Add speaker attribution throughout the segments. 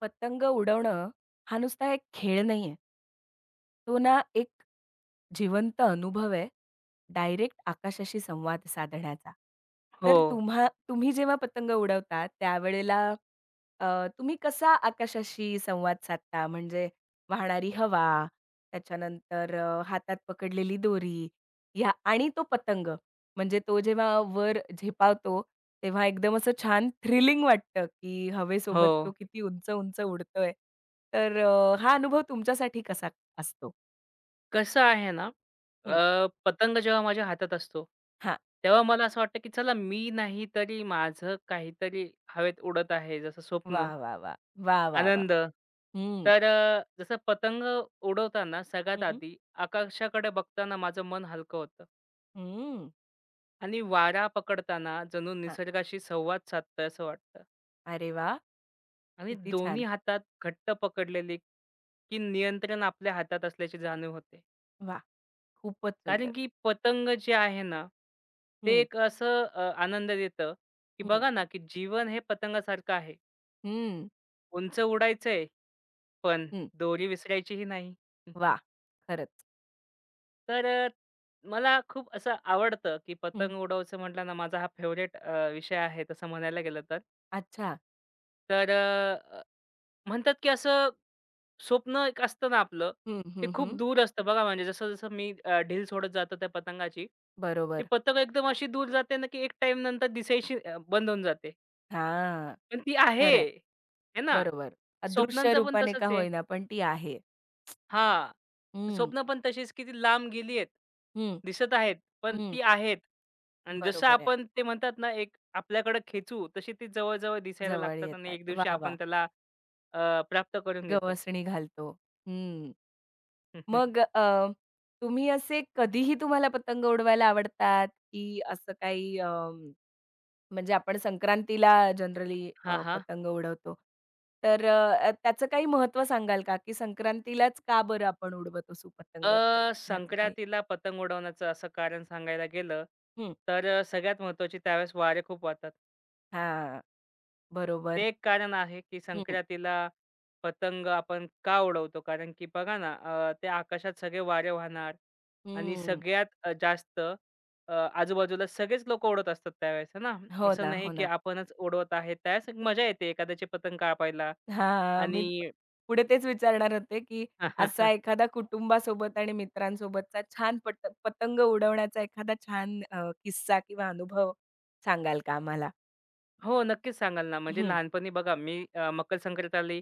Speaker 1: पतंग उडवणं हा नुसता एक खेळ नाहीये. तो ना एक जिवंत अनुभव आहे, डायरेक्ट आकाशाशी संवाद साधण्याचा.
Speaker 2: हो,
Speaker 1: तर तुम्ही जेव्हा पतंग उडवता त्यावेळेला तुम्ही कसा आकाशाशी संवाद साधता? म्हणजे वाहणारी हवा, त्याच्यानंतर हातात पकडलेली दोरी या आणि तो पतंग म्हणजे तो जेव्हा वर झेपावतो, तेव्हा एकदम असं छान थ्रिलिंग वाटतं, की
Speaker 2: हो.
Speaker 1: हवेसोबत तो किती उंच-उंच उडतोय. तर हा अनुभव तुमच्यासाठी कसा असतो?
Speaker 2: कसं आहे ना,
Speaker 1: हं,
Speaker 2: पतंग जेव्हा माझ्या हातात असतो,
Speaker 1: हां.
Speaker 2: तेव्हा मला असं वाटतं, की चला मी नाही तरी माझं काहीतरी हवेत उडत आहे, जसं स्वप्न,
Speaker 1: वाह, वाह, वाह! वाह, वाह, वाह!
Speaker 2: आनंद.
Speaker 1: हं,
Speaker 2: तर जसं पतंग उडवताना सगळ्यात
Speaker 1: हं,
Speaker 2: आधी आकाशाकडे बघताना माझं मन हलकं होतं
Speaker 1: हं.
Speaker 2: आणि वारा पकडताना जणू
Speaker 1: हां.
Speaker 2: निसर्गाशी संवाद साधतोय असं वाटतं
Speaker 1: अरे वाह!
Speaker 2: आणि
Speaker 1: किती
Speaker 2: दोन्ही
Speaker 1: छान.
Speaker 2: हातात घट्ट पकडलेली, की नियंत्रण आपल्या हातात असल्याची जाणीव होते.
Speaker 1: वाह! खूपच
Speaker 2: कारण
Speaker 1: सुंदर.
Speaker 2: की पतंग जे आहे ना, ते
Speaker 1: हं,
Speaker 2: एक असं आनंद देतं, की
Speaker 1: हं,
Speaker 2: बघा ना, की जीवन हे पतंगासारखं आहे.
Speaker 1: हं,
Speaker 2: उंच उडायचंय, पण
Speaker 1: हं.
Speaker 2: दोरी विसरायचीही नाही.
Speaker 1: वाह! खरंच.
Speaker 2: तर मला खूप असं आवडतं, की
Speaker 1: हं.
Speaker 2: पतंग उडवायचं म्हटलं ना, माझा हा फेव्हरेट विषय आहे तसं म्हणायला गेलं तर.
Speaker 1: अच्छा.
Speaker 2: तर म्हणतात की असं स्वप्न एक असतं ना आपलं,
Speaker 1: हं,
Speaker 2: ते
Speaker 1: हं,
Speaker 2: खूप
Speaker 1: हं.
Speaker 2: दूर असतं बघा म्हणजे जसं-जसं मी ढील सोडत जातो त्या पतंगाची, ती
Speaker 1: बरोबर.
Speaker 2: पतंग एकदम अशी दूर जाते ना, की एक टाइम नंतर दिसायची बंद होऊन जाते.
Speaker 1: हां,
Speaker 2: पण ती आहे,
Speaker 1: खरंय.
Speaker 2: है ना?
Speaker 1: बरोबर. अदृश्य
Speaker 2: स्वप्नांचं पण
Speaker 1: रूपाने
Speaker 2: तसंच
Speaker 1: का
Speaker 2: आहे.
Speaker 1: होईना, पण ती आहे.
Speaker 2: हां.
Speaker 1: हं,
Speaker 2: स्वप्न पण तशीच किती लांब गेली आहेत.
Speaker 1: हं,
Speaker 2: दिसत आहेत, पण
Speaker 1: हं.
Speaker 2: ती आहेत. आणि जसं
Speaker 1: बरोबर आहे.
Speaker 2: आपण ते म्हणतात ना, एक आपल्याकडे खेचू, तशी ती जवळ दिसायला
Speaker 1: जवळ
Speaker 2: लागतात आणि
Speaker 1: येतात.
Speaker 2: एक दिवशी
Speaker 1: वाह, वाह!
Speaker 2: आपण त्याला प्राप्त करून घेतो.
Speaker 1: गवसणी घालतो. हं. मग तुम्ही असे कधीही तुम्हाला पतंग उडवायला आवडतात, की असं काही म्हणजे आपण संक्रांतीला जनरली
Speaker 2: हां, हां.
Speaker 1: पतंग उडवतो. तर त्याचं काही महत्त्व सांगाल का, की संक्रांतीलाच का बरं आपण उडवत असू पतंग तर
Speaker 2: अ,
Speaker 1: ह्याचं काही?
Speaker 2: संक्रांतीला पतंग उडवण्याचं असं कारण सांगायला गेलं,
Speaker 1: हं.
Speaker 2: तर सगळ्यात महत्त्वाची त्यावेळेस वारे खूप वाहतात.
Speaker 1: हां. बरोबर.
Speaker 2: ते एक कारण आहे, की
Speaker 1: हं,
Speaker 2: संक्रांतीला पतंग आपण का उडवतो? कारण की बघा ना, त्या आकाशात सगळे वारे वाहणार आणि
Speaker 1: हं.
Speaker 2: सगळ्यात जास्त आजूबाजूला सगळेच लोकं उडवत असतात त्यावेळेस, आहे ना?
Speaker 1: हो
Speaker 2: असं
Speaker 1: ना,
Speaker 2: नाही,
Speaker 1: हो
Speaker 2: की
Speaker 1: ना.
Speaker 2: आपणच उडवत आहे. त्यावेळेस एक मजा येते एखाद्याची पतंग कापायला
Speaker 1: हां, मी
Speaker 2: आणि
Speaker 1: पुढे तेच विचारणार होते, की असा एखादा कुटुंबासोबत आणि मित्रांसोबतचा छान पट पतंग उडवण्याचा एखादा छान किस्सा किंवा अनुभव सांगाल का आम्हाला?
Speaker 2: हो, नक्कीच सांगाल ना. म्हणजे
Speaker 1: हं,
Speaker 2: लहानपणी बघा मी मकर संक्रांत आली,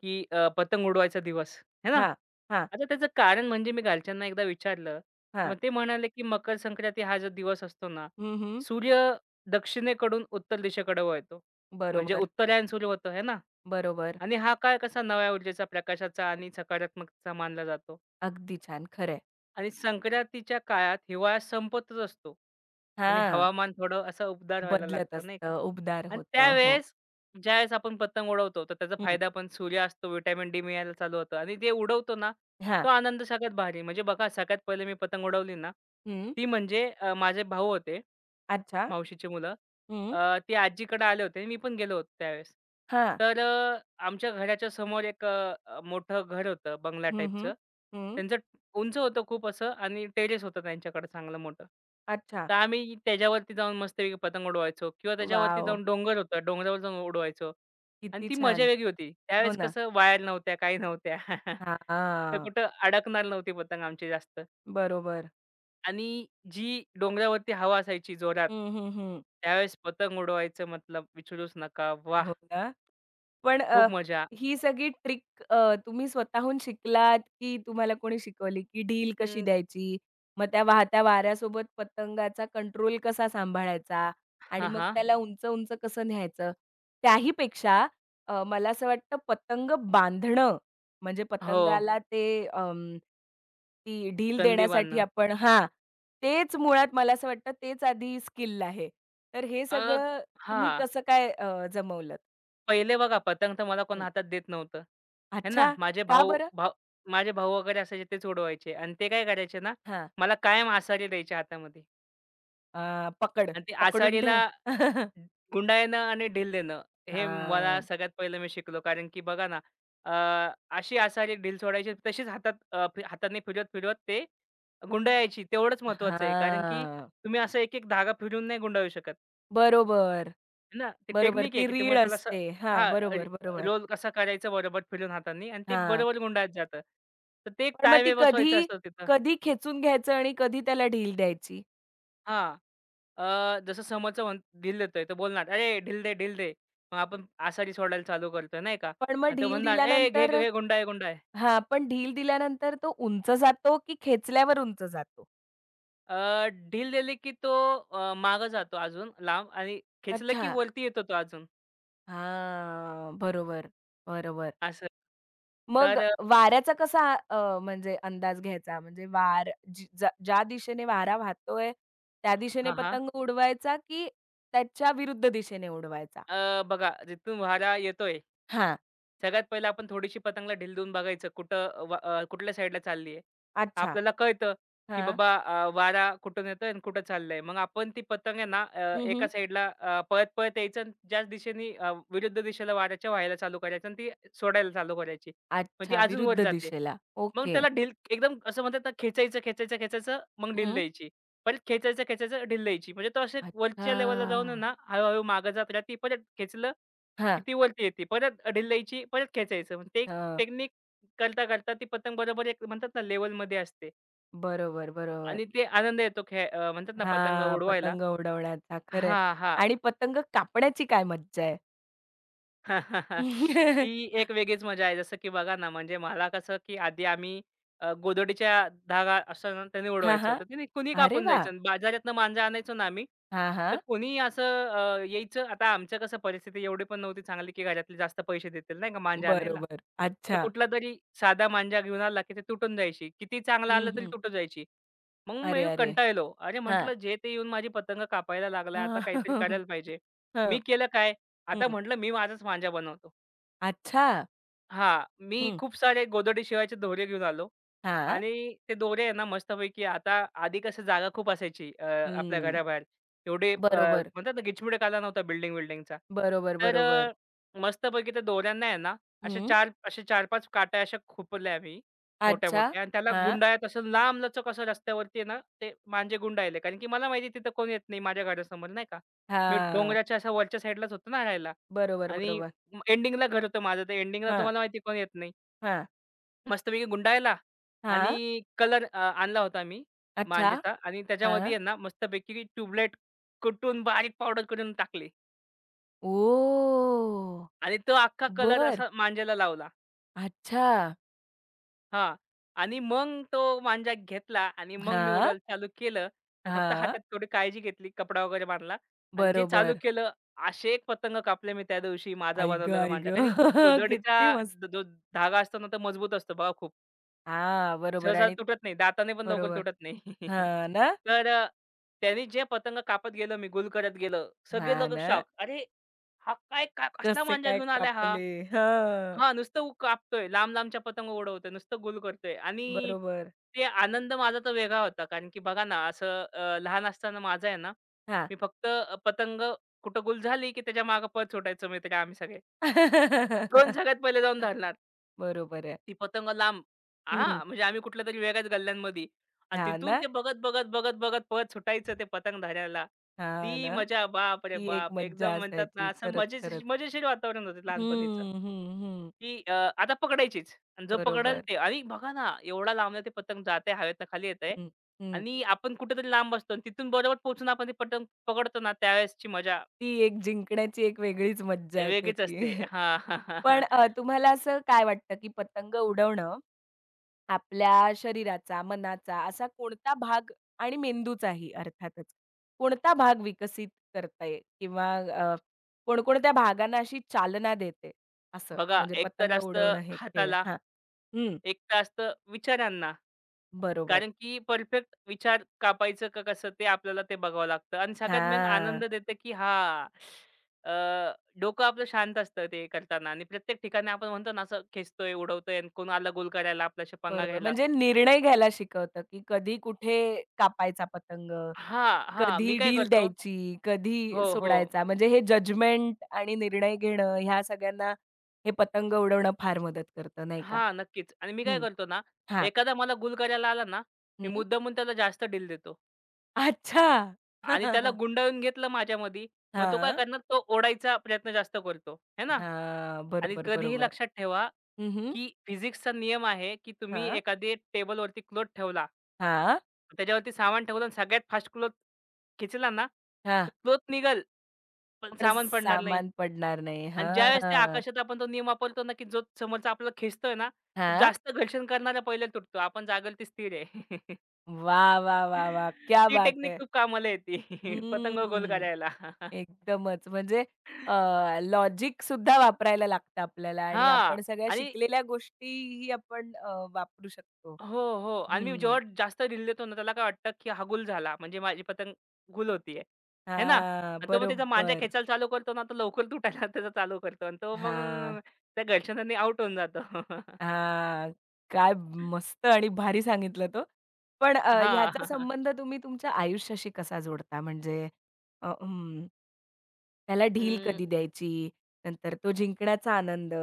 Speaker 2: की पतंग उडवायचा दिवस, है ना?
Speaker 1: हां, हां,
Speaker 2: आता त्याचं कारण म्हणजे मी घरच्यांना एकदा विचारलं,
Speaker 1: हां.
Speaker 2: मग ते म्हणाले, की मकर संक्रांती हा जो दिवस असतो ना,
Speaker 1: हं, हं.
Speaker 2: सूर्य दक्षिणेकडून उत्तर दिशेकडे वळतो. म्हणजे
Speaker 1: बरोबर,
Speaker 2: उत्तरायण सुरू होतं, है ना?
Speaker 1: बरोबर.
Speaker 2: आणि हा काळ कसा नव्या ऊर्जेचा, प्रकाशाचा आणि सकारात्मकतेचा मानला जातो.
Speaker 1: अगदी छान. खरंय.
Speaker 2: आणि संक्रांतीच्या काळात हिवाळा संपतच असतो आणि
Speaker 1: हां,
Speaker 2: हवामान थोडं असं उबदार व्हायला
Speaker 1: बदलत
Speaker 2: लागतं नाही का?
Speaker 1: असतं, उबदार
Speaker 2: आणि
Speaker 1: होतं. हो.
Speaker 2: त्यावेळेस ज्यावेळेस आपण पतंग उडवतो, तर त्याचा
Speaker 1: हं.
Speaker 2: फायदा पण सूर्य असतो, व्हिटॅमिन डी मिळायला चालू होतं आणि ते उडवतो ना,
Speaker 1: हां.
Speaker 2: तो आनंद सगळ्यात भारी. म्हणजे बघा सगळ्यात पहिले मी पतंग उडवली ना,
Speaker 1: हं.
Speaker 2: ती म्हणजे माझे भाऊ होते,
Speaker 1: अच्छा.
Speaker 2: मावशीची मुलं.
Speaker 1: हं.
Speaker 2: ते आजीकडे आले होते. मी पण गेलो होतो त्यावेळेस.
Speaker 1: हां.
Speaker 2: तर आमच्या घराच्या समोर एक मोठं घर होतं बंगला
Speaker 1: हं, हं.
Speaker 2: टाईपचं.
Speaker 1: हं.
Speaker 2: त्यांचं उंच होतं खूप असं आणि टेरेस होतं त्यांच्याकडे चांगलं मोठं.
Speaker 1: अच्छा.
Speaker 2: तर आम्ही त्याच्यावरती जाऊन मस्तपैकी पतंग उडवायचो किंवा त्याच्यावरती
Speaker 1: वॉव!
Speaker 2: जाऊन डोंगर होता, डोंगरावर जाऊन उडवायचो आणि
Speaker 1: किती
Speaker 2: ती मजा
Speaker 1: छान.
Speaker 2: वेगळी होती.
Speaker 1: हो
Speaker 2: त्यावेळेस
Speaker 1: ना.
Speaker 2: कसं वायर नव्हत्या, काही नव्हत्या. तर
Speaker 1: हां.
Speaker 2: कुठं अडकणार नव्हती पतंग आमची जास्त
Speaker 1: बरोबर.
Speaker 2: आणि जी डोंगरावरती हवा असायची जोरात,
Speaker 1: हं, हं, हं.
Speaker 2: त्यावेळेस पतंग उडवायचं मतलब विचारूच नका.
Speaker 1: हो
Speaker 2: वाह!
Speaker 1: ना? पण
Speaker 2: खूप मजा.
Speaker 1: ही सगळी ट्रिक तुम्ही स्वतःहून शिकलात, की तुम्हाला कोणी शिकवली? की ढील कशी
Speaker 2: अं,
Speaker 1: द्यायची? मग त्या वाहत्या वाऱ्यासोबत पतंगाचा कंट्रोल कसा सांभाळायचा? आणि
Speaker 2: हां,
Speaker 1: मग
Speaker 2: हां.
Speaker 1: त्याला उंच-उंच कसं न्यायचं? त्याही पेक्षा मला असं वाटतं पतंग बांधणं, म्हणजे
Speaker 2: हो,
Speaker 1: पतंगाला ते ती ढील
Speaker 2: कंदी
Speaker 1: देण्यासाठी
Speaker 2: बांधणं.
Speaker 1: आपण हां, तेच मुळात मला असं वाटतं तेच आधी स्किल आहे. तर हे
Speaker 2: अ,
Speaker 1: सगळं तुम्ही
Speaker 2: हां.
Speaker 1: कसं काय जमवलंत?
Speaker 2: पहिले बघा पतंग तर मला कोण हातात देत नव्हतं. हे ना,
Speaker 1: अच्छा, का बरं?
Speaker 2: माझे भाऊ वगैरे असायचे तेच उडवायचे आणि ते काय करायचे ना,
Speaker 1: हां.
Speaker 2: मला कायम आसारी द्यायच्या हातामध्ये
Speaker 1: अ, पकड,
Speaker 2: आणि ती
Speaker 1: पकडून ठेव.
Speaker 2: आसारीला गुंडाळणं आणि ढील देणं हे मला
Speaker 1: हां,
Speaker 2: सगळ्यात पहिलं मी शिकलो. कारण की बघा ना, अशी आसारी ढील सोडायची तशीच हातात अ, फि हाताने फिरवत-फिरवत ते गुंडाळायची तेवढंच महत्त्वाचं आहे. कारण की
Speaker 1: हां.
Speaker 2: तुम्ही असं एक-एक धागा फिरवून नाही गुंडाळू शकत.
Speaker 1: बरोबर,
Speaker 2: ना, ते
Speaker 1: बरोबर.
Speaker 2: टेक्निक
Speaker 1: ती
Speaker 2: आहे, की ते
Speaker 1: रीळ
Speaker 2: मग त्याला असं
Speaker 1: असते. हां,
Speaker 2: हां,
Speaker 1: बरोबर, बरोबर.
Speaker 2: रोल कसा करायचा बरोबर फिरून हातांनी आणि ते
Speaker 1: हां.
Speaker 2: बरोबर गुंडाळत जातं. तर ते एक
Speaker 1: पण मग ती
Speaker 2: टाळवे
Speaker 1: कधी,
Speaker 2: बसवायचं असतं तिथं.
Speaker 1: कधी खेचून घ्यायचं आणि कधी त्याला ढील द्यायची?
Speaker 2: हां. जसं समोरचा म्हण ढील देतोय, तर बोलणार, "अरे, ढील दे, ढील दे." मग आपण आसारी सोडायला चालू करतोय, नाही का?
Speaker 1: पण मग
Speaker 2: आणि तो
Speaker 1: ढील
Speaker 2: म्हणणार, "ए, घे,
Speaker 1: दिल्यानंतर?
Speaker 2: घे, गुंडाळं, गुंडाळं."
Speaker 1: हां, पण ढील दिल्यानंतर तो उंच जातो की खेचल्यावर उंच जातो?
Speaker 2: ढील दिली की तो मागं जातो अजून लांब आणि खेचलं की
Speaker 1: अच्छा.
Speaker 2: वरती येतो तो अजून,
Speaker 1: हां, बरोबर, बरोबर.
Speaker 2: असं.
Speaker 1: मग
Speaker 2: तर
Speaker 1: वाऱ्याचा कसा म्हणजे अंदाज घ्यायचा? म्हणजे वार जी ज ज्या दिशेने वारा वाहतोय, त्या दिशेने
Speaker 2: हां, हां.
Speaker 1: पतंग उडवायचा की त्याच्या विरुद्ध दिशेने उडवायचा?
Speaker 2: बघा, जिथून वारा येतोय
Speaker 1: हां.
Speaker 2: सगळ्यात पहिलं आपण थोडीशी पतंगला ढील देऊन बघायचं कुठं कुठल्या साईडला चालली आहे.
Speaker 1: अच्छा.
Speaker 2: आपल्याला कळतं, की
Speaker 1: हां.
Speaker 2: बाबा वारा कुठून येतोय आणि कुठं चाललंय. मग आपण ती पतंग आहे ना
Speaker 1: हं, हं.
Speaker 2: एका साईडला पळत-पळत यायचं आणि ज्याच दिशेने विरुद्ध दिशेला वाऱ्याच्या व्हायला चालू करायचं आणि ती सोडायला चालू करायची. पण ती
Speaker 1: अच्छा,
Speaker 2: अजून वर
Speaker 1: विरुद्ध
Speaker 2: जाते.
Speaker 1: दिशेला.
Speaker 2: मग
Speaker 1: ओके.
Speaker 2: त्याला ढील एकदम असं म्हणतात ना खेचायचं, खेचायचं, खेचायचं मग ढील
Speaker 1: हं.
Speaker 2: द्यायची. परत खेचायचं, खेचायचं ढील द्यायची. म्हणजे तो असे वरच्या लेवलला जाऊन आहे
Speaker 1: अच्छा.
Speaker 2: ना, हळू-हळू मागे जात राहते. परत खेचलं, की
Speaker 1: हां.
Speaker 2: ती वरती येते. परत ढील द्यायची, परत खेचायचं. मग ते
Speaker 1: हं.
Speaker 2: टेक्निक करता-करता ती पतंग बरोबर एक म्हणतात ना लेव्हलमध्ये असते
Speaker 1: बरोबर, बरोबर.
Speaker 2: आणि ते आनंद येतो म्हणतात ना पतंग
Speaker 1: हां,
Speaker 2: उडवायला.
Speaker 1: पतंग उडवण्याचा. खरंय.
Speaker 2: हां, हां.
Speaker 1: आणि पतंग कापण्याची काय मज्जा आहे.
Speaker 2: ती एक वेगळीच मजा आहे. जसं की बघा ना, म्हणजे मला कसं की आधी आम्ही गोदडीच्या धागा असतो ना, त्याने
Speaker 1: हां,
Speaker 2: उडवायचो.
Speaker 1: हां.
Speaker 2: तर त्याने कुणी
Speaker 1: अरे
Speaker 2: कापून जायचं
Speaker 1: वाह!
Speaker 2: आणि बाजारातनं मांजा आणायचो ना आम्ही,
Speaker 1: हां,
Speaker 2: तर
Speaker 1: हां.
Speaker 2: कुणी असं यायचं. आता आमच्या कसं परिस्थिती एवढी पण नव्हती चांगली, की घरातले जास्त पैसे देतील नाही का मांजा आणायला.
Speaker 1: बरोबर.
Speaker 2: तर
Speaker 1: अच्छा.
Speaker 2: कुठलातरी साधा मांजा घेऊन आला, की ते तुटून जायची. किती चांगला
Speaker 1: हं,
Speaker 2: आला तरी
Speaker 1: हं.
Speaker 2: तुटून जायची. मग
Speaker 1: अरे,
Speaker 2: मी
Speaker 1: अरे!
Speaker 2: कंटाळलो. अरे
Speaker 1: हां.
Speaker 2: म्हटलं, जे ते येऊन माझी पतंग कापायला लागला,
Speaker 1: हां.
Speaker 2: आता काहीतरी करायला पाहिजे. मी
Speaker 1: हं.
Speaker 2: केलं काय? आता
Speaker 1: हं.
Speaker 2: म्हटलं मी माझाच मांजा बनवतो.
Speaker 1: अच्छा.
Speaker 2: हां, मी
Speaker 1: हं.
Speaker 2: खूप सारे गोदडी शिवायचे दोरे घेऊन आलो
Speaker 1: हां.
Speaker 2: आणि ते दोरे आहे ना मस्तपैकी आता आधी कसं जागा खूप असायची आपल्या
Speaker 1: हं.
Speaker 2: घराबाहेर. एवढे
Speaker 1: बरोबर.
Speaker 2: म्हणतात ना गिचमिडक आला नव्हता बिल्डिंग-बिल्डिंगचा.
Speaker 1: बरोबर,
Speaker 2: तर
Speaker 1: बरोबर.
Speaker 2: मस्तपैकी त्या दोऱ्यांना आहे ना अशा
Speaker 1: हं.
Speaker 2: 4 अशा 4-5 काट्या अशा खुपरल्या मी
Speaker 1: अच्छा.
Speaker 2: मोठ्या-मोठ्या आणि त्याला
Speaker 1: हां.
Speaker 2: गुंडाळत असं लांबलचक असं रस्त्यावरती आहे ना ते मांजे गुंडाळले. कारण की मला माहिती तिथं कोण येत नाही माझ्या घरासमोर नाही का. मी
Speaker 1: हां.
Speaker 2: डोंगराच्या अशा वरच्या साईडलाच होतो ना राहायला
Speaker 1: बरोबर,
Speaker 2: आणि
Speaker 1: बरोबर.
Speaker 2: एंडिंगला घर होतं माझं ते एंडिंगला
Speaker 1: हां,
Speaker 2: तुम्हाला माहिती आहे कोण येत नाही.
Speaker 1: हां.
Speaker 2: मस्तपैकी गुंडाळला आणि
Speaker 1: हां.
Speaker 2: कलर आणला होता मी
Speaker 1: अच्छा.
Speaker 2: मांजेचा आणि त्याच्यामध्ये
Speaker 1: हां.
Speaker 2: आहे ना मस्तपैकी ट्यूबलाईट कुटून बारीक पावडर करून टाकली
Speaker 1: ओह!
Speaker 2: आणि तो अख्खा कलर
Speaker 1: बरं.
Speaker 2: असा मांजेला लावला.
Speaker 1: अच्छा.
Speaker 2: हां आणि मग तो मांजा घेतला आणि मग मी
Speaker 1: हां.
Speaker 2: उडवायला चालू केलं आणि फक्त
Speaker 1: हां.
Speaker 2: हातात थोडी काळजी घेतली, कपडा वगैरे बांधला आणि जे चालू
Speaker 1: बरोबर.
Speaker 2: केलं असे एक पतंग कापले मी त्या दिवशी माझा
Speaker 1: आई गं!
Speaker 2: बनवलेला
Speaker 1: आई
Speaker 2: मांजा. कारण
Speaker 1: गं!
Speaker 2: की
Speaker 1: किती
Speaker 2: गोधडीचा
Speaker 1: मस्त.
Speaker 2: जो धागा असतो ना तो मजबूत असतो बघा खूप.
Speaker 1: हां. बरोबर
Speaker 2: सहसा
Speaker 1: आणि
Speaker 2: तुटत नाही. दाताने पण लवकर
Speaker 1: बरोबर.
Speaker 2: तुटत नाही.
Speaker 1: हां ना?
Speaker 2: तर त्यांनी जे पतंग कापत गेलं, मी गुल करत गेलं. सगळे
Speaker 1: हां
Speaker 2: लोकं
Speaker 1: ना?
Speaker 2: शॉक. अरे, हा काय का कसला
Speaker 1: कसे
Speaker 2: मांजा
Speaker 1: काय
Speaker 2: घेऊन आलाय हा?
Speaker 1: कापले? हां,
Speaker 2: हां, नुसतं कापतोय. लांब-लांबच्या पतंग उडवतोय. नुसतं गुल करतोय आणि
Speaker 1: बरोबर.
Speaker 2: ते आनंद माझा तर वेगळा होता. कारण की बघा ना, असं लहान असताना माझा आहे ना,
Speaker 1: हां.
Speaker 2: मी फक्त पतंग कुठं गुल झाली, की त्याच्या मागे पळ सुटायचो मित्र आम्ही सगळे. कोण सगळ्यात पहिले जाऊन धरणार?
Speaker 1: बरोबर आहे.
Speaker 2: ती पतंग लांब
Speaker 1: हं.
Speaker 2: हां, म्हणजे आम्ही कुठल्यातरी वेगळ्याच गल्ल्यांमध्ये आणि
Speaker 1: हां
Speaker 2: तिथून
Speaker 1: ना,
Speaker 2: ते बघत, बघत, बघत, बघत पळत सुटायचं ते पतंग धरायला.
Speaker 1: हां
Speaker 2: ती
Speaker 1: ना.
Speaker 2: मजा बाप रे
Speaker 1: ती एक
Speaker 2: बाप!
Speaker 1: मज्जा
Speaker 2: एकदम म्हणतात ना
Speaker 1: असायची.
Speaker 2: असं
Speaker 1: खरंच,
Speaker 2: मजेशीर
Speaker 1: खरंच.
Speaker 2: मजेशीर वातावरण होतं लहानपणीचं,
Speaker 1: हं, हं, हं.
Speaker 2: की आता पकडायचीच आणि जो पकडेल
Speaker 1: बरोबर.
Speaker 2: ते आणि बघा ना एवढ्या लांबनं ते पतंग जातंय हवेतनं खाली येतंय
Speaker 1: हं, हं.
Speaker 2: आणि आपण कुठेतरी लांब असतो आणि तिथून बरोबर पोहचून आपण ते पतंग पकडतो ना त्यावेळेसची मजा
Speaker 1: ती एक जिंकण्याची एक वेगळीच मज्जा येते
Speaker 2: वेगळीच
Speaker 1: ती.
Speaker 2: असते. हां.
Speaker 1: पण तुम्हाला असं काय वाटतं, की पतंग उडवणं आपल्या शरीराचा, मनाचा असा कोणता भाग आणि मेंदूचाही अर्थातच, कोणता भाग विकसित करते किंवा कोणकोणत्या भागांना अशी चालना देते? असं
Speaker 2: बघा
Speaker 1: म्हणजे
Speaker 2: एक तर
Speaker 1: पतंग
Speaker 2: असतं
Speaker 1: उडवणं हे खेळ.
Speaker 2: हाताला,
Speaker 1: हां. हं.
Speaker 2: एक तर असतं विचारांना.
Speaker 1: बरोबर.
Speaker 2: कारण की परफेक्ट विचार कापायचं का कसं ते आपल्याला ते बघावं लागतं आणि सगळ्यात मेन
Speaker 1: हां.
Speaker 2: आनंद देतं की हां, अ, डोकं आपलं शांत असतं ते करताना आणि प्रत्येक ठिकाणी आपण म्हणतो ना असं खेचतोय, उडवतोय आणि कोण आला गोल करायला आपल्याशी पंगा
Speaker 1: बरोबर.
Speaker 2: घ्यायला.
Speaker 1: म्हणजे निर्णय घ्यायला शिकवतं, की कधी कुठे कापायचा पतंग
Speaker 2: हां, हां. मी
Speaker 1: कधी
Speaker 2: काय
Speaker 1: डील
Speaker 2: करतो
Speaker 1: द्यायची, कधी
Speaker 2: हो, हो.
Speaker 1: सोडायचा. म्हणजे हे जजमेंट आणि निर्णय घेणं ह्या सगळ्यांना हे पतंग उडवणं फार मदत करतं, नाही का?
Speaker 2: हां, नक्कीच. आणि मी काय
Speaker 1: हं.
Speaker 2: करतो ना,
Speaker 1: हां.
Speaker 2: एखादा मला गुल करायला आला ना, मी
Speaker 1: हं.
Speaker 2: मुद्दामून त्याला जास्त डील देतो
Speaker 1: अच्छा.
Speaker 2: आणि त्याला गुंडाळून घेतलं माझ्यामध्ये. मग तो काय
Speaker 1: हां.
Speaker 2: करणार, तो ओढायचा प्रयत्न जास्त करतो, है ना?
Speaker 1: हां.
Speaker 2: आणि
Speaker 1: बरोबर,
Speaker 2: कधीही
Speaker 1: बरोबर.
Speaker 2: लक्षात ठेवा
Speaker 1: हं, हं.
Speaker 2: की फिजिक्सचा नियम आहे, की तुम्ही
Speaker 1: हां.
Speaker 2: एखादी टेबलवरती क्लॉथ ठेवला.
Speaker 1: हां.
Speaker 2: त्याच्यावरती सामान ठेवलं आणि सगळ्यात फास्ट क्लॉथ खेचला ना,
Speaker 1: हां.
Speaker 2: तर क्लॉथ निघेल, पण
Speaker 1: पण
Speaker 2: सामान पडणार नाही.
Speaker 1: सामान पडणार नाही.
Speaker 2: आणि ज्यावेळेस त्या
Speaker 1: हां.
Speaker 2: आकाशात आपण तो नियम वापरतो ना, की जो समोरचा आपल्याला खेचतोय ना, तो
Speaker 1: हां.
Speaker 2: जास्त घर्षण करणारा पहिला तुटतो. आपण जागेल ती स्थिर आहे.
Speaker 1: वाह, वाह, वाह, वाह! क्या
Speaker 2: ती
Speaker 1: बात
Speaker 2: टेक्निक
Speaker 1: है!
Speaker 2: खूप कामाला येते. पतंग गोल
Speaker 1: हम्म.
Speaker 2: करायला.
Speaker 1: एकदमच. म्हणजे लॉजिक सुद्धा वापरायला लागतं आपल्याला आणि
Speaker 2: हां.
Speaker 1: आपण सगळ्या
Speaker 2: आणि
Speaker 1: शिकलेल्या गोष्टीही आपण वापरू शकतो.
Speaker 2: हो, हो. आणि मी
Speaker 1: हं.
Speaker 2: जेव्हा जास्त रील देतो ना, त्याला काय वाटतं, की हा गुल झाला. म्हणजे माझी पतंग गुल होतीये. है ना?
Speaker 1: हां,
Speaker 2: आणि तो मग त्याचा मांजा
Speaker 1: बरोबर.
Speaker 2: खेचायला चालू करतो ना, तर लवकर तुटायला त्याचा चालू करतो आणि तो मग
Speaker 1: हां.
Speaker 2: त्या घर्षणाने आउट होऊन जातो.
Speaker 1: हां, काय मस्त आणि भारी सांगितलं तो. पण ह्याचा
Speaker 2: हां.
Speaker 1: संबंध तुम्ही तुमच्या आयुष्याशी कसा जोडता? म्हणजे अ, अं, त्याला ढील
Speaker 2: अं,
Speaker 1: कधी द्यायची? नंतर तो जिंकण्याचा आनंद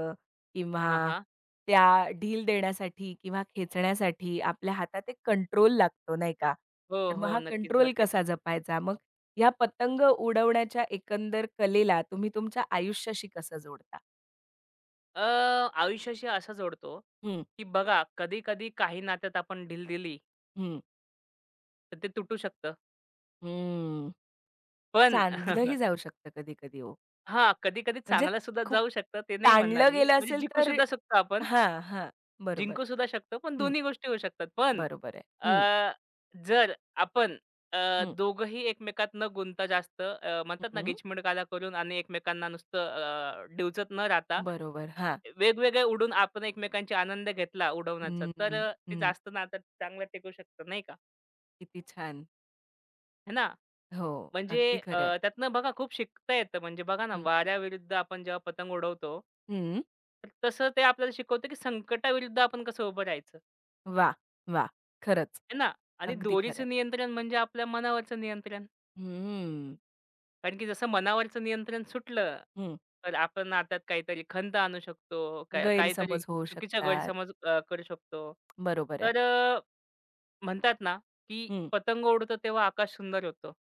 Speaker 2: हां,
Speaker 1: किंवा
Speaker 2: हां.
Speaker 1: त्या ढील देण्यासाठी किंवा खेचण्यासाठी आपल्या हातात एक कंट्रोल लागतो, नाही का?
Speaker 2: हो,
Speaker 1: तर मग
Speaker 2: हो.
Speaker 1: हा
Speaker 2: नक्कीच,
Speaker 1: कंट्रोल
Speaker 2: नक्कीच.
Speaker 1: कसा जपायचा? मग ह्या पतंग उडवण्याच्या एकंदर कलेला तुम्ही तुमच्या आयुष्याशी कसं जोडता?
Speaker 2: अ, आयुष्याशी असं जोडतो,
Speaker 1: हं,
Speaker 2: की बघा कधी-कधी काही नात्यात आपण ढील दिली,
Speaker 1: हं,
Speaker 2: तर ते तुटू शकतं.
Speaker 1: हं.
Speaker 2: पण
Speaker 1: सांधलंही जाऊ शकतं कधी-कधी हो.
Speaker 2: हां, कधी-कधी
Speaker 1: म्हणजे
Speaker 2: चांगलं सुद्धा
Speaker 1: खूप
Speaker 2: जाऊ शकतं, ते नाही म्हणणार
Speaker 1: ताणलं
Speaker 2: मी.
Speaker 1: गेलं
Speaker 2: म्हणजे
Speaker 1: असेल
Speaker 2: जिंकू
Speaker 1: तर
Speaker 2: सुद्धा शकतो आपण.
Speaker 1: हां, हां. बरोबर.
Speaker 2: जिंकू सुद्धा शकतो, पण
Speaker 1: हं.
Speaker 2: दोन्ही गोष्टी होऊ शकतात. पण
Speaker 1: बरोबर आहे. हं,
Speaker 2: अ, जर आपण अ,
Speaker 1: हं,
Speaker 2: दोघंही एकमेकात न गुंता जास्त म्हणतात ना
Speaker 1: हं.
Speaker 2: गिचमिडकाला करून आणि एकमेकांना नुसतं डिवचत न राहता,
Speaker 1: बरोबर. हां.
Speaker 2: वेगवेगळे उडून आपण एकमेकांचा आनंद घेतला उडवण्याचा,
Speaker 1: हं,
Speaker 2: तर ते
Speaker 1: हं.
Speaker 2: जास्त नातं चांगलं टिकू शकतं नाही का?
Speaker 1: किती छान.
Speaker 2: है ना?
Speaker 1: हो,
Speaker 2: म्हणजे
Speaker 1: अगदी
Speaker 2: अ,
Speaker 1: खरं आहे.
Speaker 2: त्यातनं बघा खूप शिकता येतं. म्हणजे बघा ना
Speaker 1: हं,
Speaker 2: वाऱ्याविरुद्ध आपण जेव्हा पतंग उडवतो,
Speaker 1: हं.
Speaker 2: तर तसं ते आपल्याला शिकवतं की संकटाविरुद्ध आपण कसं उभं राहायचं.
Speaker 1: वाह! वाह! खरंच.
Speaker 2: आहे ना. आणि
Speaker 1: अगदी खरं आहे.
Speaker 2: दोरीचं नियंत्रण म्हणजे आपल्या मनावरचं नियंत्रण.
Speaker 1: हं,
Speaker 2: कारण की जसं मनावरचं नियंत्रण सुटलं,
Speaker 1: हं.
Speaker 2: तर आपण नात्यात काहीतरी खंत आणू शकतो, काय काहीतरी
Speaker 1: गैरसमज होऊ
Speaker 2: चुकीचा
Speaker 1: शकतात.
Speaker 2: गैरसमज करू शकतो.
Speaker 1: बरोबर आहे.
Speaker 2: तर म्हणतात ना, की
Speaker 1: हं,
Speaker 2: पतंग उडतो तेव्हा आकाश सुंदर होतं.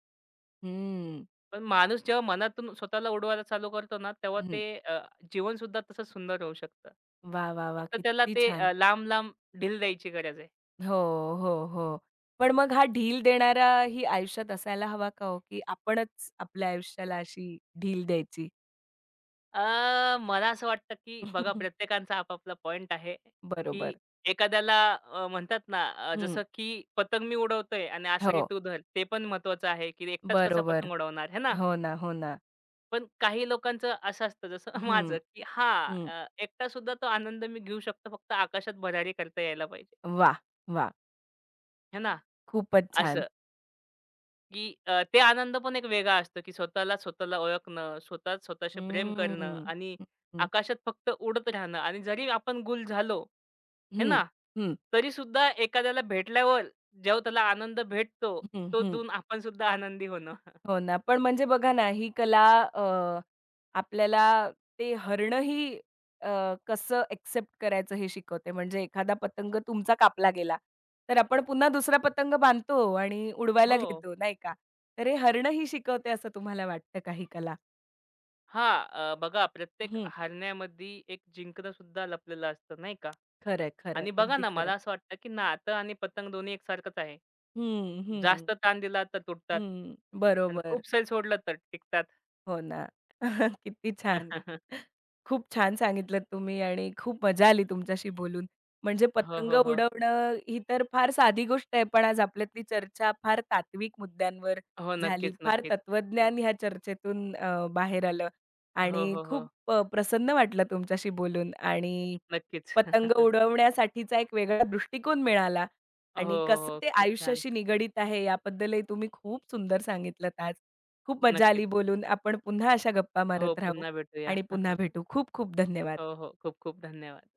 Speaker 1: हं,
Speaker 2: पण माणूस जेव्हा मनातून स्वतःला उडवायला चालू करतो ना, तेव्हा
Speaker 1: हं.
Speaker 2: ते जीवनसुद्धा तसंच सुंदर होऊ शकतं.
Speaker 1: वाह, वाह, वाह!
Speaker 2: फक्त त्याला
Speaker 1: किती
Speaker 2: ते
Speaker 1: छान.
Speaker 2: लांब-लांब ढील द्यायची गरज आहे.
Speaker 1: हो, हो, हो. पण मग हा ढील देणारा ही आयुष्यात असायला हवा का हो, की आपणच आपल्या आयुष्याला अशी ढील द्यायची?
Speaker 2: मला असं वाटतं, की बघा प्रत्येकाचा आपापला पॉइंट आहे, की
Speaker 1: बरोबर.
Speaker 2: एखाद्याला म्हणतात ना,
Speaker 1: हं.
Speaker 2: जसं की पतंग मी उडवतोय आणि आसरी
Speaker 1: हो.
Speaker 2: तू धर, ते पण महत्त्वाचं आहे, की एकटाच कसा
Speaker 1: बरोबर.
Speaker 2: पतंग उडवणार, है ना?
Speaker 1: हो ना, हो ना.
Speaker 2: पण काही लोकांचं असं असतं जसं
Speaker 1: हं,
Speaker 2: माझं, की हां,
Speaker 1: हं.
Speaker 2: एकटासुद्धा तो आनंद मी घेऊ शकतो, फक्त आकाशात भरारी करता यायला पाहिजे,
Speaker 1: वाह! वाह!
Speaker 2: है ना?
Speaker 1: खूपच छान.
Speaker 2: असं. की ते आनंद पण एक वेगळा असतो, की स्वतःला स्वतःला ओळखणं, स्वतः स्वतःशी प्रेम करणं
Speaker 1: हम्म.
Speaker 2: आणि
Speaker 1: हं, हं.
Speaker 2: आकाशात फक्त उडत राहणं आणि जरी आपण गुल झालो, हे
Speaker 1: हं,
Speaker 2: ना?
Speaker 1: हं,
Speaker 2: तरी तरीसुद्धा एखाद्याला भेटल्यावर जेव्हा त्याला आनंद भेटतो, तो
Speaker 1: हं,
Speaker 2: देऊन आपण सुद्धा आनंदी होणं.
Speaker 1: हो ना. पण म्हणजे बघा ना, ही कला अ, आपल्याला ते हरणंही अ, कसं एक्सेप्ट करायचं हे शिकवते. म्हणजे एखादा पतंग तुमचा कापला गेला, तर आपण पुन्हा दुसरा पतंग बांधतो आणि उडवायला
Speaker 2: हो.
Speaker 1: घेतो, नाही का? तर हे हरणं ही शिकवते असं तुम्हाला वाटतं का ही कला?
Speaker 2: हां, बघा प्रत्येक
Speaker 1: हं.
Speaker 2: हारण्यामध्ये एक जिंकणं सुद्धा लपलेलं असतं, नाही का?
Speaker 1: खरंय, खरंय.
Speaker 2: आणि बघा
Speaker 1: अगदी
Speaker 2: ना,
Speaker 1: खरंय.
Speaker 2: मला असं वाटतं, की नातं आणि पतंग दोन्ही एकसारखंच आहे.
Speaker 1: हं, हं,
Speaker 2: जास्त ताण दिला तर तुटतात
Speaker 1: हं.
Speaker 2: आणि
Speaker 1: बरोबर.
Speaker 2: खूप सैल सोडलं तर टिकतात.
Speaker 1: हो ना. किती छान. खूप छान सांगितलत तुम्ही आणि खूप मजा आली तुमच्याशी बोलून. म्हणजे
Speaker 2: हो,
Speaker 1: पतंग
Speaker 2: हो, हो.
Speaker 1: उडवणं ही तर फार साधी गोष्ट आहे, पण आज आपल्यातली चर्चा फार तात्विक मुद्द्यांवर
Speaker 2: हो,
Speaker 1: झाली.
Speaker 2: नक्कीच,
Speaker 1: फार
Speaker 2: नक्कीच. आणि
Speaker 1: तत्वज्ञान ह्या चर्चेतून बाहेर आलं
Speaker 2: हो,
Speaker 1: आणि
Speaker 2: हो, हो.
Speaker 1: खूप प्रसन्न वाटलं तुमच्याशी बोलून आणि
Speaker 2: नक्कीच.
Speaker 1: पतंग उडवण्यासाठीचा एक वेगळा दृष्टिकोन मिळाला
Speaker 2: हो,
Speaker 1: आणि
Speaker 2: हो,
Speaker 1: कसं
Speaker 2: हो.
Speaker 1: ते
Speaker 2: खूप छान.
Speaker 1: आयुष्याशी निगडीत आहे याबद्दलही तुम्ही खूप सुंदर सांगितलत आज. खूप मजा
Speaker 2: नक्कीच.
Speaker 1: आली बोलून. आपण पुन्हा अशा गप्पा
Speaker 2: हो,
Speaker 1: मारत राहू
Speaker 2: पुन्हा भेटूया.
Speaker 1: आणि पुन्हा भेटू. खूप खूप धन्यवाद.
Speaker 2: हो, हो. खूप खूप धन्यवाद.